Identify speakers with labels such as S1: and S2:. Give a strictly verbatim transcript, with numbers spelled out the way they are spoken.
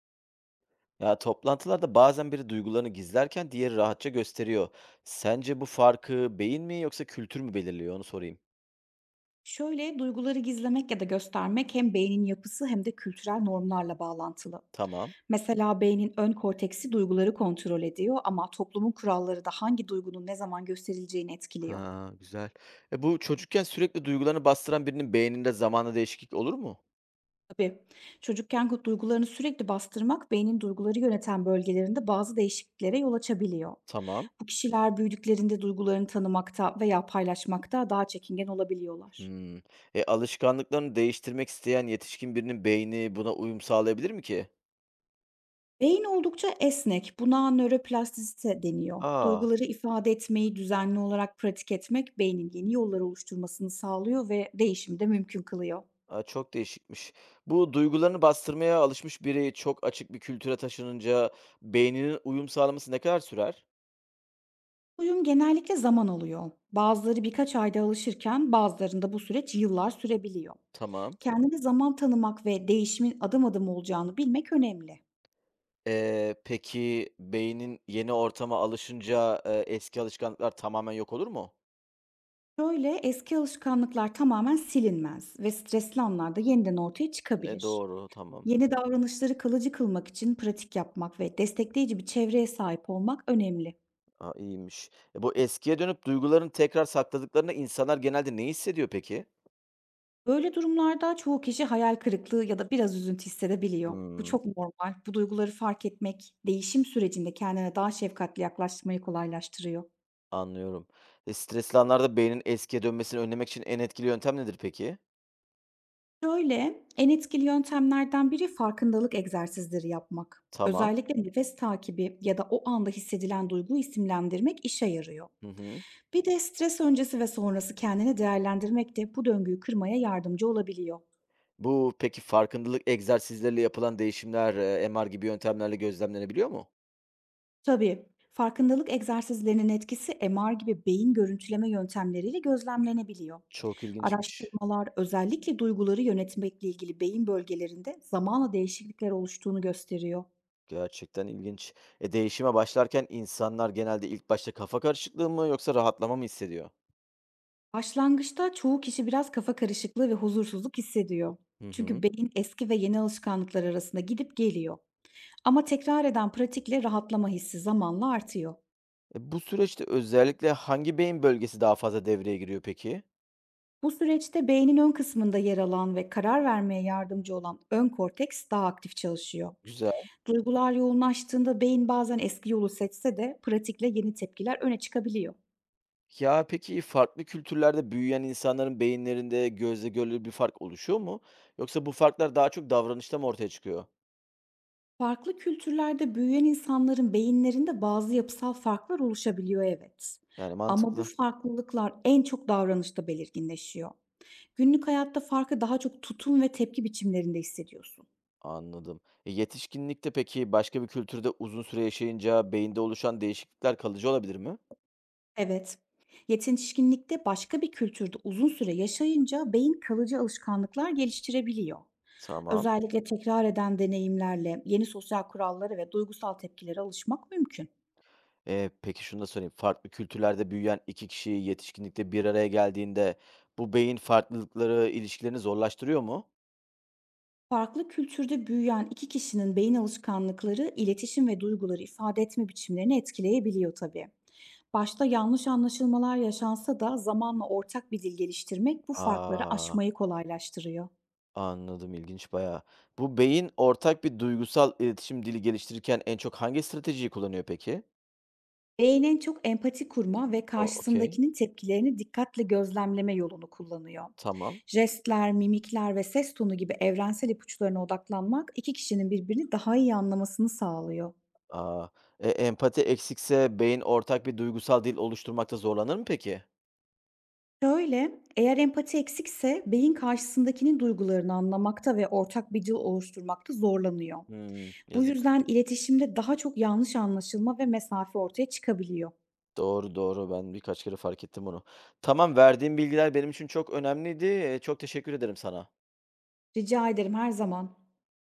S1: Ya toplantılarda bazen biri duygularını gizlerken diğeri rahatça gösteriyor. Sence bu farkı beyin mi yoksa kültür mü belirliyor onu sorayım.
S2: Şöyle, duyguları gizlemek ya da göstermek hem beynin yapısı hem de kültürel normlarla bağlantılı.
S1: Tamam.
S2: Mesela beynin ön korteksi duyguları kontrol ediyor ama toplumun kuralları da hangi duygunun ne zaman gösterileceğini etkiliyor.
S1: Ha güzel. E bu çocukken sürekli duygularını bastıran birinin beyninde zamanla değişiklik olur mu?
S2: Tabii çocukken bu duygularını sürekli bastırmak beynin duyguları yöneten bölgelerinde bazı değişikliklere yol açabiliyor.
S1: Tamam.
S2: Bu kişiler büyüdüklerinde duygularını tanımakta veya paylaşmakta daha çekingen olabiliyorlar.
S1: Hmm. E alışkanlıklarını değiştirmek isteyen yetişkin birinin beyni buna uyum sağlayabilir mi ki?
S2: Beyin oldukça esnek. Buna nöroplastisite deniyor.
S1: Aa,
S2: Duyguları ifade etmeyi düzenli olarak pratik etmek beynin yeni yollar oluşturmasını sağlıyor ve değişimi de mümkün kılıyor.
S1: aa, çok değişikmiş. Bu duygularını bastırmaya alışmış biri çok açık bir kültüre taşınınca beyninin uyum sağlaması ne kadar sürer?
S2: Uyum genellikle zaman alıyor. Bazıları birkaç ayda alışırken bazılarında bu süreç yıllar sürebiliyor.
S1: Tamam.
S2: Kendine zaman tanımak ve değişimin adım adım olacağını bilmek önemli.
S1: Eee, peki beynin yeni ortama alışınca, eee, eski alışkanlıklar tamamen yok olur mu?
S2: Şöyle eski alışkanlıklar tamamen silinmez ve stresli anlarda yeniden ortaya
S1: E,
S2: çıkabilir.
S1: doğru, tamam.
S2: Yeni davranışları kalıcı kılmak için pratik yapmak ve destekleyici bir çevreye sahip olmak önemli.
S1: A, iyiymiş. E, bu eskiye dönüp duygularını tekrar sakladıklarında insanlar genelde ne hissediyor peki?
S2: Böyle durumlarda çoğu kişi hayal kırıklığı ya da biraz üzüntü hissedebiliyor. Bu
S1: Hımm,
S2: çok normal. Bu duyguları fark etmek, değişim sürecinde kendine daha şefkatli yaklaşmayı kolaylaştırıyor.
S1: anlıyorum. E, stresli anlarda beynin eskiye dönmesini önlemek için en etkili yöntem nedir peki?
S2: Şöyle, en etkili yöntemlerden biri farkındalık egzersizleri yapmak.
S1: Tamam.
S2: Özellikle nefes takibi ya da o anda hissedilen duyguyu isimlendirmek işe yarıyor.
S1: Hı hı.
S2: Bir de stres öncesi ve sonrası kendini değerlendirmek de bu döngüyü kırmaya yardımcı olabiliyor.
S1: Bu peki farkındalık egzersizleriyle yapılan değişimler, eee, M R gibi yöntemlerle gözlemlenebiliyor mu?
S2: Tabii. Farkındalık egzersizlerinin etkisi M R gibi beyin görüntüleme yöntemleriyle gözlemlenebiliyor.
S1: Çok ilginçmiş.
S2: Araştırmalar özellikle duyguları yönetmekle ilgili beyin bölgelerinde zamanla değişiklikler oluştuğunu gösteriyor.
S1: Gerçekten ilginç. E, değişime başlarken insanlar genelde ilk başta kafa karışıklığı mı yoksa rahatlama mı hissediyor?
S2: Başlangıçta çoğu kişi biraz kafa karışıklığı ve huzursuzluk hissediyor.
S1: Hı
S2: Çünkü
S1: hı.
S2: beyin eski ve yeni alışkanlıklar arasında gidip geliyor. Ama tekrar eden pratikle rahatlama hissi zamanla artıyor.
S1: E, bu süreçte özellikle hangi beyin bölgesi daha fazla devreye giriyor peki?
S2: Bu süreçte beynin ön kısmında yer alan ve karar vermeye yardımcı olan ön korteks daha aktif çalışıyor.
S1: Güzel.
S2: Duygular yoğunlaştığında beyin bazen eski yolu seçse de pratikle yeni tepkiler öne çıkabiliyor.
S1: Ya peki farklı kültürlerde büyüyen insanların beyinlerinde gözle görülür bir fark oluşuyor mu? Yoksa bu farklar daha çok davranışta mı ortaya çıkıyor?
S2: Farklı kültürlerde büyüyen insanların beyinlerinde bazı yapısal farklar oluşabiliyor, evet.
S1: Yani
S2: Ama bu
S1: mantıklı.
S2: farklılıklar en çok davranışta belirginleşiyor. Günlük hayatta farkı daha çok tutum ve tepki biçimlerinde hissediyorsun.
S1: Anladım. E, yetişkinlikte peki başka bir kültürde uzun süre yaşayınca beyinde oluşan değişiklikler kalıcı olabilir mi?
S2: Evet. Yetişkinlikte başka bir kültürde uzun süre yaşayınca beyin kalıcı alışkanlıklar geliştirebiliyor.
S1: Tamam.
S2: Özellikle tekrar eden deneyimlerle yeni sosyal kurallara ve duygusal tepkilere alışmak mümkün.
S1: Eee, peki şunu da sorayım. Farklı kültürlerde büyüyen iki kişi yetişkinlikte bir araya geldiğinde bu beyin farklılıkları ilişkilerini zorlaştırıyor mu?
S2: Farklı kültürde büyüyen iki kişinin beyin alışkanlıkları iletişim ve duyguları ifade etme biçimlerini etkileyebiliyor tabii. Başta yanlış anlaşılmalar yaşansa da zamanla ortak bir dil geliştirmek bu farkları
S1: Aa.
S2: aşmayı kolaylaştırıyor.
S1: Anladım, ilginç bayağı. Bu beyin ortak bir duygusal iletişim dili geliştirirken en çok hangi stratejiyi kullanıyor peki?
S2: Beynin çok empati kurma ve
S1: O okay,
S2: karşısındakinin tepkilerini dikkatle gözlemleme yolunu kullanıyor.
S1: tamam.
S2: Jestler, mimikler ve ses tonu gibi evrensel ipuçlarına odaklanmak iki kişinin birbirini daha iyi anlamasını sağlıyor.
S1: Aa. E, empati eksikse beyin ortak bir duygusal dil oluşturmakta zorlanır mı peki?
S2: Şöyle, eğer empati eksikse beyin karşısındakinin duygularını anlamakta ve ortak bir dil oluşturmakta zorlanıyor.
S1: Hımm,
S2: Bu
S1: yazık.
S2: yüzden iletişimde daha çok yanlış anlaşılma ve mesafe ortaya çıkabiliyor.
S1: Doğru, doğru. Ben birkaç kere fark ettim bunu. Tamam, verdiğin bilgiler benim için çok önemliydi. Eee, çok teşekkür ederim sana.
S2: Rica ederim, her zaman.